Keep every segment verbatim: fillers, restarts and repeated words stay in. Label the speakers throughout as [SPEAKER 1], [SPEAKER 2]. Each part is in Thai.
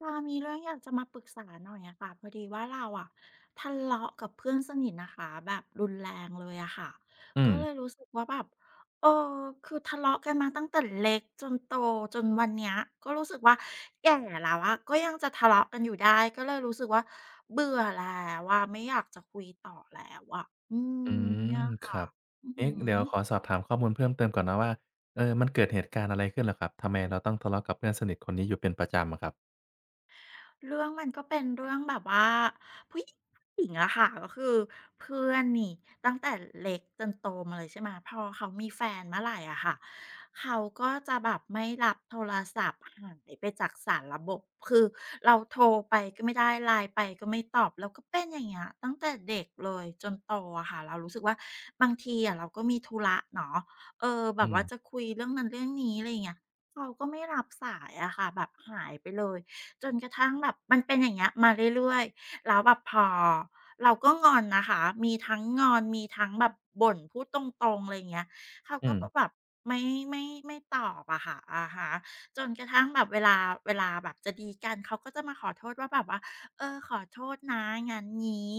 [SPEAKER 1] เรามีเรื่องอยากจะมาปรึกษาหน่อยอะค่ะพอดีว่าเราอะทะเลาะกับเพื่อนสนิทนะคะแบบรุนแรงเลยอะค่ะ
[SPEAKER 2] อื
[SPEAKER 1] ก็
[SPEAKER 2] ม
[SPEAKER 1] เลยรู้สึกว่าแบบเออคือทะเลาะกันมาตั้งแต่เล็กจนโตจนวันเนี้ยก็รู้สึกว่าแก่แล้วอะก็ยังจะทะเลาะกันอยู่ได้ก็เลยรู้สึกว่าเบื่อแล้วว่าไม่อยากจะคุยต่อแล้วอะอืม
[SPEAKER 2] อื
[SPEAKER 1] เนี่
[SPEAKER 2] ม
[SPEAKER 1] ย
[SPEAKER 2] ค
[SPEAKER 1] ค่ะ
[SPEAKER 2] รับ
[SPEAKER 1] อื
[SPEAKER 2] เอ๊ะ
[SPEAKER 1] ม
[SPEAKER 2] เดี๋ยวขอสอบถามข้อมูลเพิ่มเติมก่อนนะว่าเออมันเกิดเหตุการณ์อะไรขึ้นเหรอครับ ทำไมเราต้องทะเลาะกับเพื่อนสนิทคนนี้อยู่เป็นประจำอะครับ
[SPEAKER 1] เรื่องมันก็เป็นเรื่องแบบว่าผู้หญิงผู้หญิงอะค่ะก็คือเพื่อนนี่ตั้งแต่เล็กจนโตมาเลยใช่ไหมพอเขามีแฟนเมื่อไหรอะค่ะเขาก็จะแบบไม่รับโทรศัพท์หายไปจากสารระบบคือเราโทรไปก็ไม่ได้ไลน์ไปก็ไม่ตอบแล้วก็เป็นอย่างเงี้ยตั้งแต่เด็กเลยจนโตอะค่ะเรารู้สึกว่าบางทีอะเราก็มีธุระเนาะเออแบ
[SPEAKER 2] อื
[SPEAKER 1] บ
[SPEAKER 2] ม
[SPEAKER 1] ว่าจะคุยเรื่องนั้นเรื่องนี้อะไรอย่างเงี้ยเขาก็ไม่รับสายอะค่ะแบบหายไปเลย จนกระทั่งแบบมันเป็นอย่างเงี้ยมาเรื่อยๆแล้วแบบพอเราก็งอนนะคะมีทั้งงอนมีทั้งแบบบ่นพูดตรงๆอะไรงเงี้ยเขาก็
[SPEAKER 2] อืม
[SPEAKER 1] แบบไม่ไม่ไม่ตอบอะค่ะอะฮะจนกระทั่งแบบเวลาเวลาแบบจะดีกันเขาก็จะมาขอโทษว่าแบบว่าเออขอโทษนะงั้นนี้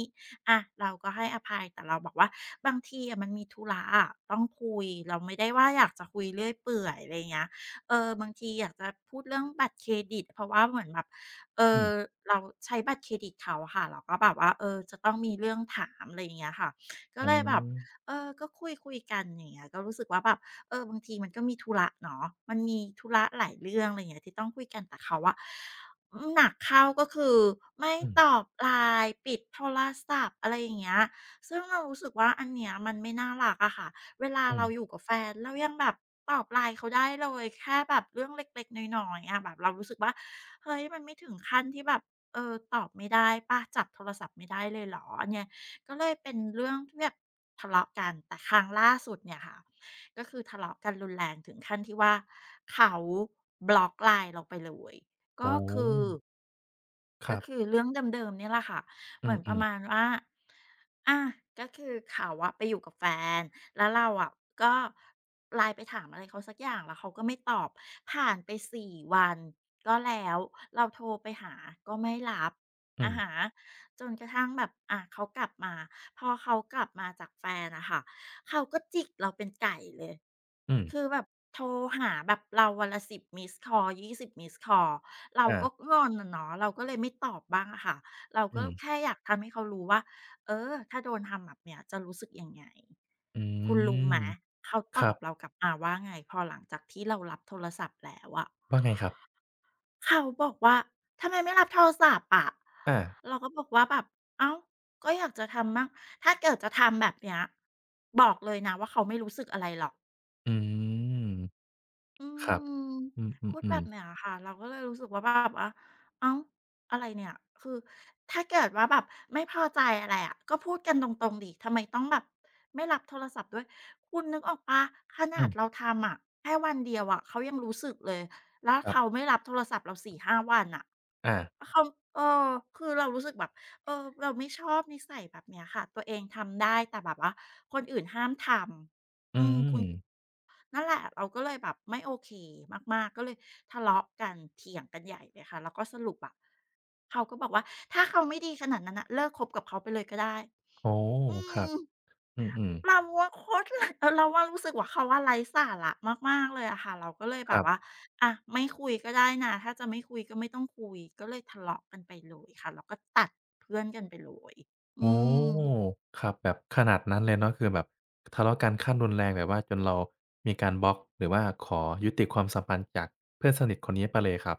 [SPEAKER 1] อะเราก็ให้อภัยแต่เราบอกว่าบางทีอะมันมีธุระอะต้องคุยเราไม่ได้ว่าอยากจะคุยเรื่อยเปื่อยอะไรเงี้ยเออบางทีอยากจะพูดเรื่องบัตรเครดิตเพราะว่าเหมือนแบบ เอ
[SPEAKER 2] อื
[SPEAKER 1] อ
[SPEAKER 2] ม
[SPEAKER 1] เราใช้บัตรเครดิตเขาค่ะเราก็แบบว่าเออจะต้องมีเรื่องถามอะไรอย่างเงี้ยค่ะก็
[SPEAKER 2] อ๋อ
[SPEAKER 1] เลยแบบเออก็คุยคุยกันอย่างเงี้ยก็รู้สึกว่าแบบเออบางทีมันก็มีธุระเนาะมันมีธุระหลายเรื่องอะไรอย่างเงี้ยที่ต้องคุยกันแต่เขาอะอืมหนักเข้าก็คือไม่
[SPEAKER 2] อืม
[SPEAKER 1] ตอบ ไลน์ ปิดโทรศัพท์อะไรอย่างเงี้ยซึ่งเรารู้สึกว่าอันเนี้ยมันไม่น่ารักอะค่ะ เวลา
[SPEAKER 2] อืม
[SPEAKER 1] เราอยู่กับแฟนเรายังแบบตอบไลน์เขาได้เลยแค่แบบเรื่องเล็กๆน้อยๆอะแบบเรารู้สึกว่าเฮ้ยมันไม่ถึงขั้นที่แบบเออตอบไม่ได้เปล่าจับโทรศัพท์ไม่ได้เลยเหรออันเนี้ยก็เลยเป็นเรื่องที่แบบทะเลาะกันแต่ครั้งล่าสุดเนี่ยค่ะก็คือทะเลาะกันรุนแรงถึงขั้นที่ว่าเขาบล็อกไล n ์เราไปเลยก็
[SPEAKER 2] โอ้โฮ
[SPEAKER 1] คือ
[SPEAKER 2] ค
[SPEAKER 1] ก็
[SPEAKER 2] รั
[SPEAKER 1] คื
[SPEAKER 2] บ
[SPEAKER 1] อเรื่องเดิมๆเนี่ยแหละค่ะ เห
[SPEAKER 2] อื
[SPEAKER 1] มือนประ
[SPEAKER 2] ม
[SPEAKER 1] มาณ
[SPEAKER 2] ๆ
[SPEAKER 1] ว่าอ่ะ ก็คือเขาอะไปอยู่กับแฟน แล้วเราอะก็ไลน์ไปถามอะไรเขาสักอย่างแล้วเขาก็ไม่ตอบ ผ่านไปสี่วันก็แล้ว เราโทรไปหาก็ไม่รับ
[SPEAKER 2] อื
[SPEAKER 1] อาฮะ
[SPEAKER 2] ม
[SPEAKER 1] จนกระทั่งแบบอะเขากลับมา พอเขากลับมาจากแฟนอะค่ะเขาก็จิกเราเป็นไก่เลย
[SPEAKER 2] อื
[SPEAKER 1] คือ
[SPEAKER 2] ม
[SPEAKER 1] แบบโทรหาแบบเราวันละสิบมิสด์คอลสองบมิสคอลเรา
[SPEAKER 2] อา
[SPEAKER 1] ก็งอนอะเนาะเราก็เลยไม่ตอบบ้างอะค่ะเราก็
[SPEAKER 2] อืม
[SPEAKER 1] แค่อยากทำให้เขารู้ว่า เออถ้าโดนทำแบบเนี้ยจะรู้สึกยังไง
[SPEAKER 2] อื
[SPEAKER 1] คุณรู้ไหม
[SPEAKER 2] ม
[SPEAKER 1] เขา
[SPEAKER 2] ค
[SPEAKER 1] ต
[SPEAKER 2] รั
[SPEAKER 1] อบ
[SPEAKER 2] บ
[SPEAKER 1] เรากลับมาว่าไงพอหลังจากที่เรารับโทรศัพท์แล้วอะ
[SPEAKER 2] ว่าไงครับ
[SPEAKER 1] เขาบอกว่าทำไมไม่รับโทรศัพท์อะ
[SPEAKER 2] อา
[SPEAKER 1] เราก็บอกว่าแบบอ้าวก็อยากจะทำมั่งถ้าเกิดจะทำแบบเนี้ยบอกเลยนะว่าเขาไม่รู้สึกอะไรหรอก
[SPEAKER 2] อืม
[SPEAKER 1] อื
[SPEAKER 2] ครับ
[SPEAKER 1] ม
[SPEAKER 2] อื
[SPEAKER 1] พูดแบ
[SPEAKER 2] ม
[SPEAKER 1] บ
[SPEAKER 2] ๆๆ
[SPEAKER 1] เนี้ยค่ะเราก็เลยรู้สึกว่าแบบว่าเอ้าอะไรเนี่ยคือถ้าเกิดว่าแบบไม่พอใจอะไรอะก็พูดกันตรงๆดิทำไมต้องแบบไม่รับโทรศัพท์ด้วยคุณนึกออกเปล่าข
[SPEAKER 2] อื
[SPEAKER 1] นาด
[SPEAKER 2] ม
[SPEAKER 1] เราทำอะแค่วันเดียวอะเขายังรู้สึกเลยแล้ว
[SPEAKER 2] ครั
[SPEAKER 1] เขา
[SPEAKER 2] บ
[SPEAKER 1] ไม่รับโทรศัพท์เราสี่ห้าวันน่ะ
[SPEAKER 2] อา
[SPEAKER 1] เขาเออคือเรารู้สึกแบบเออเราไม่ชอบนิสัยแบบเนี้ยค่ะตัวเองทำได้แต่แบบว่าคนอื่นห้ามทำอื
[SPEAKER 2] อื
[SPEAKER 1] มคุ
[SPEAKER 2] ม
[SPEAKER 1] ณ นั่นแหละเราก็เลยแบบไม่โอเคมากๆก็เลยทะเลาะกันเถียงกันใหญ่เลยค่ะแล้วก็สรุปอะเขาก็บอกว่าถ้าเขาไม่ดีขนาดนั้นน่ะเลิกคบกับเขาไปเลยก็ได้
[SPEAKER 2] โอ้โฮ
[SPEAKER 1] อื
[SPEAKER 2] ครั
[SPEAKER 1] ม
[SPEAKER 2] บอืมๆ
[SPEAKER 1] เราว่าโคตรไร้เออเราว่ารู้สึกว่าเขาอะไร้สาระมากๆเลยอะค่ะเราก็เลย
[SPEAKER 2] ค
[SPEAKER 1] แบบ
[SPEAKER 2] รั
[SPEAKER 1] ว่า
[SPEAKER 2] บ
[SPEAKER 1] อะไม่คุยก็ได้นะถ้าจะไม่คุยก็ไม่ต้องคุยก็เลยทะเลาะกันไปเลยค่ะแล้วก็ตัดเพื่อนกันไปเลย
[SPEAKER 2] โอ้
[SPEAKER 1] อืม
[SPEAKER 2] ครับแบบขนาดนั้นเลยเนาะคือแบบทะเลาะกันขั้นรุนแรงแบบว่าจนเรามีการบล็อกหรือว่าขอยุติความสัมพันธ์จากเพื่อนสนิทคนนี้ไปเลยครับ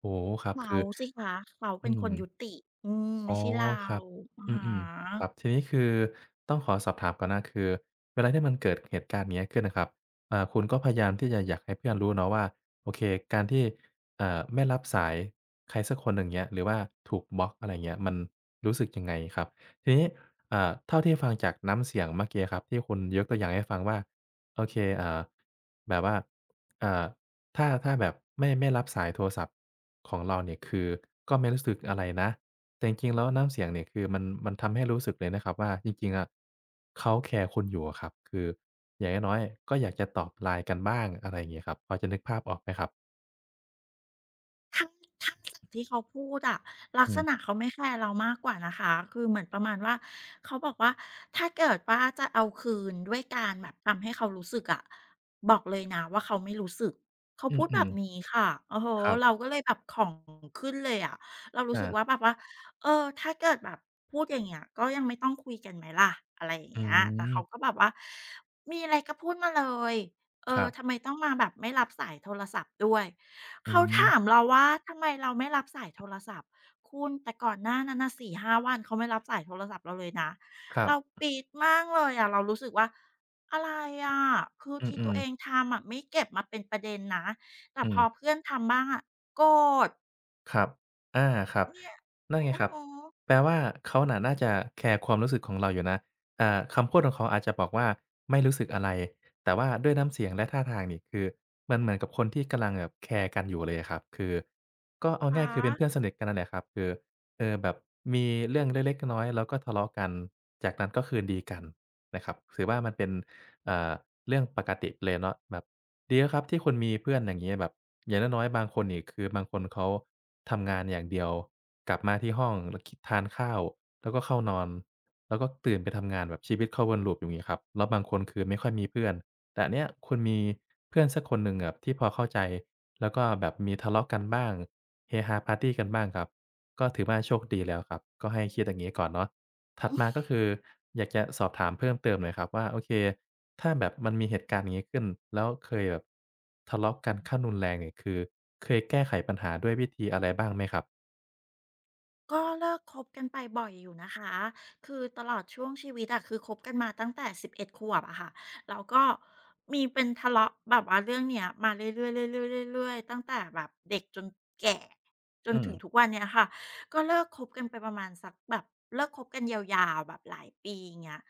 [SPEAKER 2] โอ้โฮครับ
[SPEAKER 1] เขา
[SPEAKER 2] คือ
[SPEAKER 1] สิคะเขา
[SPEAKER 2] อื
[SPEAKER 1] เป็นคน
[SPEAKER 2] ม
[SPEAKER 1] ยุติอืมไม่
[SPEAKER 2] อ๋อ
[SPEAKER 1] ใช่เรา
[SPEAKER 2] ครับ
[SPEAKER 1] อะ
[SPEAKER 2] อื
[SPEAKER 1] ฮะ
[SPEAKER 2] มๆครับทีนี้คือต้องขอสอบถามก่อนนะคือเวลาที่มันเกิดเหตุการณ์เงี้ยขึ้นน่ะครับอ่าคุณก็พยายามที่จะอยากให้เพื่อนรู้เนาะว่าโอเคการที่อ่าไม่รับสายใครสักคนหนึ่งเงี้ยหรือว่าถูกบล็อกอะไรเงี้ยมันรู้สึกยังไงครับทีนี้อ่าเท่าที่ฟังจากน้ำเสียงเมื่อกี้ครับที่คุณยกตัวอย่างให้ฟังว่าโอเคอ่าแบบว่าอ่าถ้าถ้าแบบไม่ไม่รับสายโทรศัพท์ของเราเนี่ยคือก็ไม่รู้สึกอะไรนะ แต่จริงๆแล้วน้ำเสียงเนี่ยคือมันมันทำให้รู้สึกเลยนะครับว่าจริงๆอะเขาแคร์คุณอยู่อะครับคืออย่างน้อยๆก็อยากจะตอบ ไลน์ กันบ้างอะไรอย่างงี้ครับพอจะนึกภาพออกไหมครับ
[SPEAKER 1] ทั้งทั้งที่เขาพูดอะลัก
[SPEAKER 2] อื
[SPEAKER 1] ษ
[SPEAKER 2] ม
[SPEAKER 1] ณะเขาไม่แคร์เรามากกว่านะคะคือเหมือนประมาณว่าเขาบอกว่าถ้าเกิดว่าจะเอาคืนด้วยการแบบทำให้เขารู้สึกอะบอกเลยนะว่าเขาไม่รู้สึกเขา
[SPEAKER 2] อื
[SPEAKER 1] พูดแบ
[SPEAKER 2] ม
[SPEAKER 1] บ
[SPEAKER 2] ๆ
[SPEAKER 1] นี้ค่ะโอ้โฮ
[SPEAKER 2] ครับ
[SPEAKER 1] เราก็เลยแบบของขึ้นเลยอะเรารู้สึ
[SPEAKER 2] อา
[SPEAKER 1] กว่าแบบว่าเออถ้าเกิดแบบพูดอย่างเงี้ยก็ยังไม่ต้องคุยกันไหมล่ะอะไรอย่าง
[SPEAKER 2] อื
[SPEAKER 1] เงี้ยแต่
[SPEAKER 2] ม
[SPEAKER 1] เขาก็แบบว่ามีอะไรก็พูดมาเลยเอ
[SPEAKER 2] ค
[SPEAKER 1] อ
[SPEAKER 2] รั
[SPEAKER 1] ทำ
[SPEAKER 2] บ
[SPEAKER 1] ไมต้องมาแบบไม่รับสายโทรศัพท์ด้วย
[SPEAKER 2] อื
[SPEAKER 1] เขาถาม
[SPEAKER 2] ม
[SPEAKER 1] เราว่าทำไมเราไม่รับสายโทรศัพท์คุณแต่ก่อนหน้านั้นน่ะสี่ห้าวันเขาไม่รับสายโทรศัพท์เราเลยนะ
[SPEAKER 2] ครั
[SPEAKER 1] เรา
[SPEAKER 2] บ
[SPEAKER 1] ปี๊ดมากเลยอะเรารู้สึกว่าอะไรอะคือที่
[SPEAKER 2] อื
[SPEAKER 1] ตัว
[SPEAKER 2] ม
[SPEAKER 1] เอง
[SPEAKER 2] ๆ
[SPEAKER 1] ทำอะไม่เก็บมาเป็นประเด็นนะแต่
[SPEAKER 2] อื
[SPEAKER 1] พอ
[SPEAKER 2] ม
[SPEAKER 1] เพื่อนทำบ้างอะโกรธ
[SPEAKER 2] ครับอาครับ
[SPEAKER 1] เนี่ย
[SPEAKER 2] นั่นไง
[SPEAKER 1] โอ้
[SPEAKER 2] ครั
[SPEAKER 1] โฮ
[SPEAKER 2] บแปลว่าเขาน่ะน่าจะแคร์ความรู้สึกของเราอยู่นะอ่าคำพูดของเขาอาจจะบอกว่าไม่รู้สึกอะไรแต่ว่าด้วยน้ำเสียงและท่าทางนี่คือมันเหมือนกับคนที่กำลังแบบแคร์กันอยู่เลยอะครับคือก็เอาง่า
[SPEAKER 1] คะ
[SPEAKER 2] ยคือเป็นเพื่อนสนิทกันนั่นแหละครับคือเออแบบมีเรื่องเล็กๆน้อยๆแล้วก็ทะเลาะกัน จากนั้นก็คืนดีกันนะครับถือว่ามันเป็นเอ่าเรื่องปกติเลยเนาะแบบดีแล้วครับที่คุณมีเพื่อนอย่างงี้แบบ อย่างน้อยๆบางคนอีกคือบางคนเขาทำงานอย่างเดียวกลับมาที่ห้องแล้วกินทานข้าวแล้วก็เข้านอนแล้วก็ตื่นไปทำงานแบบชีวิตเข้าวนลูปอยู่งี้ครับแล้วบางคนคือไม่ค่อยมีเพื่อนแต่อันเนี้ยคุณมีเพื่อนสักคนหนึ่งแบบที่พอเข้าใจแล้วก็แบบมีทะเลาะกันบ้างเฮฮาปาร์ตีกันบ้างครับก็ถือว่าโชคดีแล้วครับก็ให้คิดอย่างงี้ก่อนเนาะ ถัดมาก็คืออยากจะสอบถามเพิ่มเติมหน่อยครับว่าโอเคถ้าแบบมันมีเหตุการณ์อย่างนี้ขึ้นแล้วเคยแบบทะเลาะกันขั้นรุนแรงเนี่ยคือเคยแก้ไขปัญหาด้วยวิธีอะไรบ้างไหมครับ
[SPEAKER 1] ก็เลิกคบกันไปบ่อยอยู่นะคะ คือตลอดช่วงชีวิตอะคือคบกันมาตั้งแต่สิบเอ็ดขวบอะค่ะแล้วก็มีเป็นทะเลาะแบบว่าเรื่องเนี้ยมาเรื่อยๆเรื่อยๆเรื่อยๆตั้งแต่แบบเด็กจนแก่จน
[SPEAKER 2] อืม
[SPEAKER 1] ถึงทุกวันเนี้ยค่ะ ก็เลิกคบกันไปประมาณสักแบบเลิกคบกันยาวๆแบบหลายปีอางเงี้ย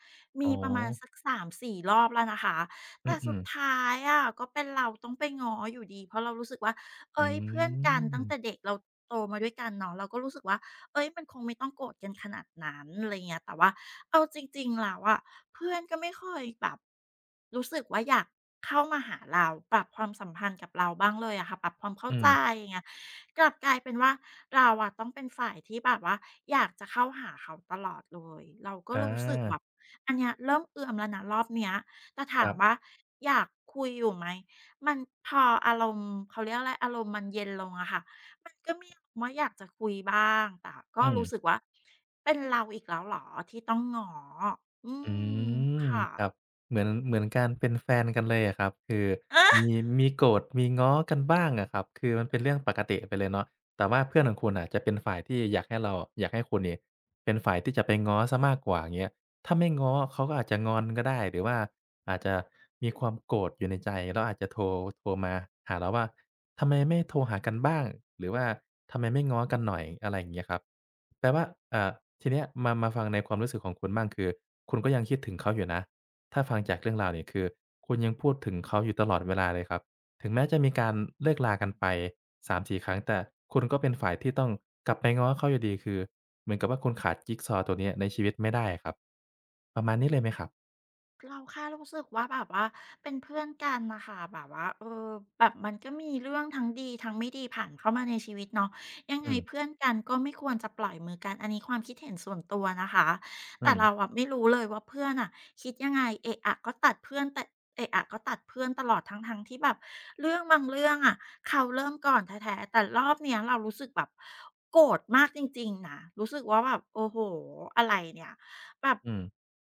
[SPEAKER 2] อ๋
[SPEAKER 1] มี
[SPEAKER 2] อ
[SPEAKER 1] ประมาณสักสามสี่รอบแล้วนะคะ แต่
[SPEAKER 2] อื
[SPEAKER 1] สุด
[SPEAKER 2] มๆ
[SPEAKER 1] ท้ายอะก็เป็นเราต้องไปง้ออยู่ดีเพราะเรารู้สึกว่า
[SPEAKER 2] อื
[SPEAKER 1] เอ้ยเพื่อนกัน
[SPEAKER 2] ม
[SPEAKER 1] ตั้งแต่เด็กเราโตมาด้วยกันเนาะเราก็รู้สึกว่า เอ้ยมันคงไม่ต้องโกรธกันขนาดนั้นอะไรเงี้ยแต่ว่าเอาจริงๆแล้วอะเพื่อนก็ไม่ค่คยแบบรู้สึกว่าอยากเข้ามาหาเราปรับความสัมพันธ์กับเราบ้างเลยอะค่ะปรับความเข้า
[SPEAKER 2] อื
[SPEAKER 1] ใจ
[SPEAKER 2] ม
[SPEAKER 1] อย่างเงี้ยกลับกลายเป็นว่าเราอะต้องเป็นฝ่ายที่แบบว่าอยากจะเข้าหาเขาตลอดเลยเราก็
[SPEAKER 2] อา
[SPEAKER 1] รู้สึกแบบอันเนี้ยเริ่มเอือมแล้วนะรอบเนี้ยแต่
[SPEAKER 2] ค
[SPEAKER 1] ถา
[SPEAKER 2] รั
[SPEAKER 1] ม
[SPEAKER 2] บ
[SPEAKER 1] ว่าอยากคุยอยู่ไหมมันพออารมณ์เขาเรียกอะไรอารมณ์มันเย็นลงอะค่ะ มันก็มีอารมณ์ว่าอยากจะคุยบ้างแต่ก็
[SPEAKER 2] อื
[SPEAKER 1] รู้สึก
[SPEAKER 2] ม
[SPEAKER 1] ว่าเป็นเราอีกแล้วเหรอที่ต้องง้ออื
[SPEAKER 2] อื
[SPEAKER 1] ม
[SPEAKER 2] ม
[SPEAKER 1] ค่
[SPEAKER 2] ครับเหมือนเหมือนการเป็นแฟนกันเลยอะครับคือ
[SPEAKER 1] ะ
[SPEAKER 2] มีมีโกรธมีง้อกันบ้างอะครับคือมันเป็นเรื่องปกติไปเลยเนาะแต่ว่าเพื่อนของคุณน่ะจะเป็นฝ่ายที่อยากให้เราอยากให้คุณเนี่ยเป็นฝ่ายที่จะไปง้อเสียมากกว่าอย่างเงี้ยถ้าไม่ง้อเขาก็อาจจะงอนก็ได้หรือว่า อาจจะมีความโกรธอยู่ในใจแล้วอาจจะโทรโทรมาหาเราว่าทำไมไม่โทรหากันบ้างหรือว่าทำไมไม่ง้อกันหน่อยอะไรอย่างเงี้ยครับแปลว่าอ่าทีเนี้ยมามาฟังในความรู้สึกของคุณบ้างคือคุณก็ยังคิดถึงเขาอยู่นะถ้าฟังจากเรื่องราวเนี่ยคือคุณยังพูดถึงเขาอยู่ตลอดเวลาเลยครับถึงแม้จะมีการเลิกลากันไปสามสี่ครั้งแต่คุณก็เป็นฝ่ายที่ต้องกลับไปง้อเขาอยู่ดีคือเหมือนกับว่าคุณขาดจิกซอว์ตัวเนี้ยในชีวิตไม่ได้อะครับประมาณนี้เลยไหมครับ
[SPEAKER 1] เราแค่รู้สึกว่าแบบว่าเป็นเพื่อนกันนะคะแบบว่าเออแบบมันก็มีเรื่องทั้งดีทั้งไม่ดีผ่านเข้ามาในชีวิตเนาะยังไง
[SPEAKER 2] อืม
[SPEAKER 1] เพื่อนกันก็ไม่ควรจะปล่อยมือกันอันนี้ความคิดเห็นส่วนตัวนะคะ
[SPEAKER 2] อื
[SPEAKER 1] แต่เรา
[SPEAKER 2] ม
[SPEAKER 1] อะไม่รู้เลยว่าเพื่อนอ่ะคิดยังไงเอะอะก็ตัดเพื่อนแต่เอะอะก็ตัดเพื่อนตลอดทั้งๆที่แบบเรื่องบางเรื่องอะเขาเริ่มก่อนแท้ๆแต่รอบเนี้ยเรารู้สึกแบบโกรธมากจริงๆนะรู้สึกว่าแบบโอ้โหอะไรเนี่ย แบบ
[SPEAKER 2] อืม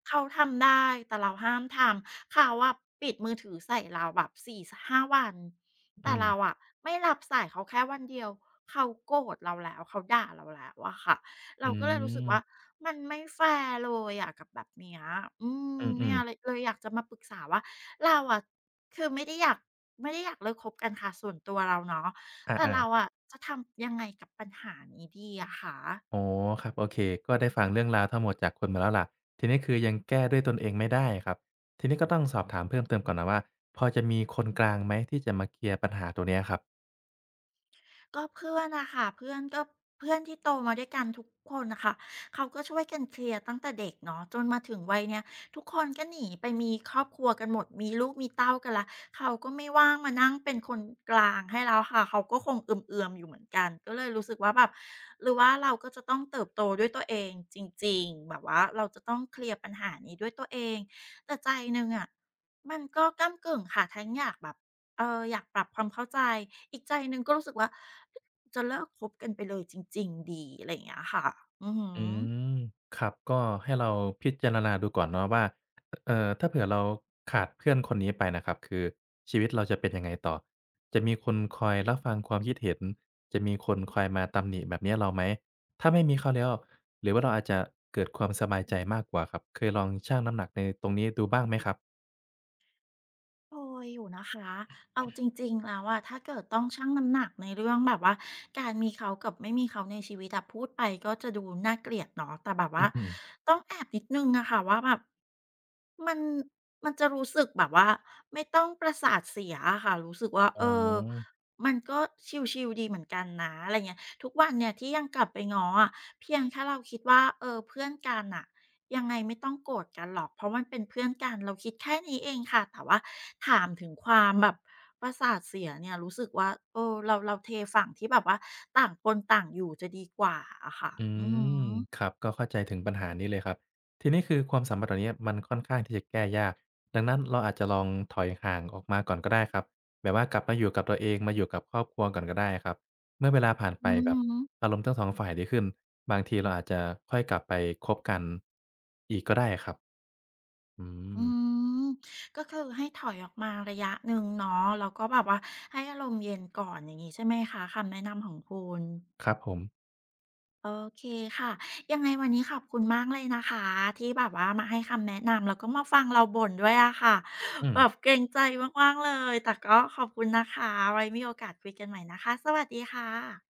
[SPEAKER 1] เขาทำได้แต่เราห้ามทำเขาอะปิดมือถือใส่เราแบบสี่ห้าวันแต่
[SPEAKER 2] อืม
[SPEAKER 1] เราอะไม่รับสายเขาแค่วันเดียวเขาโกรธเราแล้วเขาด่าเราแล้วอะค่ะเรา
[SPEAKER 2] อื
[SPEAKER 1] ก็เลยรู้สึกว่า
[SPEAKER 2] ม
[SPEAKER 1] มันไม่แฟร์เลยอะกับแบบเนี้ยอืม
[SPEAKER 2] อื
[SPEAKER 1] เนี่ย
[SPEAKER 2] มๆ
[SPEAKER 1] เลยเลยอยากจะมาปรึกษาว่าเราอะคือไม่ได้อยากไม่ได้อยากเลิกคบกันค่ะส่วนตัวเราเนาะ
[SPEAKER 2] อ
[SPEAKER 1] แต่
[SPEAKER 2] า
[SPEAKER 1] เรา
[SPEAKER 2] ๆ
[SPEAKER 1] อะจะทำยังไงกับปัญหานี้ดีอะคะ
[SPEAKER 2] อ๋อครับโอเค ก็ได้ฟังเรื่องราวทั้งหมดจากคุณมาแล้วล่ะ ทีนี้คือยังแก้ด้วยตนเองไม่ได้ครับ ทีนี้ก็ต้องสอบถามเพิ่มเติมก่อนนะว่าพอจะมีคนกลางไหมที่จะมาเคลียร์ปัญหาตัวเนี้ยครับ
[SPEAKER 1] ก็เพื่อนอะค่ะเพื่อนก็เพื่อนที่โตมาด้วยกันทุกคนนะคะเขาก็ช่วยกันเคลียร์ตั้งแต่เด็กเนาะจนมาถึงวัยเนี้ยทุกคนก็หนีไปมีครอบครัวกันหมดมีลูกมีเต้ากันละเขาก็ไม่ว่างมานั่งเป็นคนกลางให้แล้วค่ะเขาก็คงเอือมๆอยู่เหมือนกันก็เลยรู้สึกว่าแบบหรือว่าเราก็จะต้องเติบโตด้วยตัวเองจริงๆแบบว่าเราจะต้องเคลียร์ปัญหานี้ด้วยตัวเองแต่ใจหนึ่งอะมันก็ก้ำกึ่งค่ะทั้งอยากแบบ เอออยากปรับความเข้าใจอีกใจหนึ่งก็รู้สึกว่าจะเลิกคบกันไปเลยจริงๆดีอะไรอย่างเงี้ยค่ะอือหื
[SPEAKER 2] อื
[SPEAKER 1] อ
[SPEAKER 2] มครับก็ให้เราพิจารณาดูก่อนเนาะว่าเอ่อถ้าเผื่อเราขาดเพื่อนคนนี้ไปนะครับคือชีวิตเราจะเป็นยังไงต่อจะมีคนคอยรับฟังความคิดเห็นจะมีคนคอยมาตำหนิแบบเนี้ยเราไหมถ้าไม่มีเขาแล้วหรือว่าเราอาจจะเกิดความสบายใจมากกว่าครับเคยลองชั่งน้ำหนักในตรงนี้ดูบ้างไหมครับ
[SPEAKER 1] เคยอยู่นะคะเอาจริงๆแล้วอะถ้าเกิดต้องชั่งน้ำหนักในเรื่องแบบว่าการมีเขากับไม่มีเขาในชีวิตอะพูดไปก็จะดูน่าเกลียดเนาะแต่แบบว่า
[SPEAKER 2] อืมๆ
[SPEAKER 1] ต้องแอบนิดนึงอะค่ะว่าแบบมันมันจะรู้สึกแบบว่าไม่ต้องประสาทเสียอะค่ะรู้สึกว่าเออ
[SPEAKER 2] อ๋อ
[SPEAKER 1] มันก็ชิลๆดีเหมือนกันนะอะไรเงี้ยทุกวันเนี่ยที่ยังกลับไปง้ออะเพียงแค่เราคิดว่าเออเพื่อนกันน่ะ ยังไงไม่ต้องโกรธกันหรอก เพราะมันเป็นเพื่อนกันเราคิดแค่นี้เองค่ะ แต่ว่าถามถึงความแบบประสาทเสียเนี่ยรู้สึกว่าเออเราเราเทฝั่งที่แบบว่าต่างคนต่างอยู่จะดีกว่าอะค่ะ
[SPEAKER 2] อื
[SPEAKER 1] อือฮ
[SPEAKER 2] ม
[SPEAKER 1] ึ
[SPEAKER 2] ครับก็เข้าใจถึงปัญหานี้เลยครับทีนี้คือความสัมพันธ์ตัวเนี้ยมันค่อนข้างที่จะแก้ยากดังนั้นเราอาจจะลองถอยห่างออกมาก่อนก็ได้ครับแบบว่ากลับมาอยู่กับตัวเองมาอยู่กับครอบครัวก่อนก็ได้ครับเมื่อเวลาผ่านไป
[SPEAKER 1] อือ
[SPEAKER 2] แบ
[SPEAKER 1] ฮึ
[SPEAKER 2] บอารมณ์ทั้งสองฝ่ายดีขึ้นบางทีเราอาจจะค่อยกลับไปคบกันอีกก็ได้ครับอื
[SPEAKER 1] อื
[SPEAKER 2] ม
[SPEAKER 1] มก็คือให้ถอยออกมาระยะหนึ่งเนาะแล้วก็แบบว่าให้อารมณ์เย็นก่อนอย่างงี้ใช่ไหมคะคำแนะนำของคุณ
[SPEAKER 2] ครับผม
[SPEAKER 1] โอเคค่ะยังไงวันนี้ขอบคุณมากเลยนะคะที่แบบว่ามาให้คำแนะนำแล้วก็มาฟังเราบ่นด้วยอะค่ะ
[SPEAKER 2] อืม
[SPEAKER 1] แบบเกรงใจมากๆเลยแต่ก็ขอบคุณนะคะไว้มีโอกาสคุยกันใหม่นะคะสวัสดีค่ะ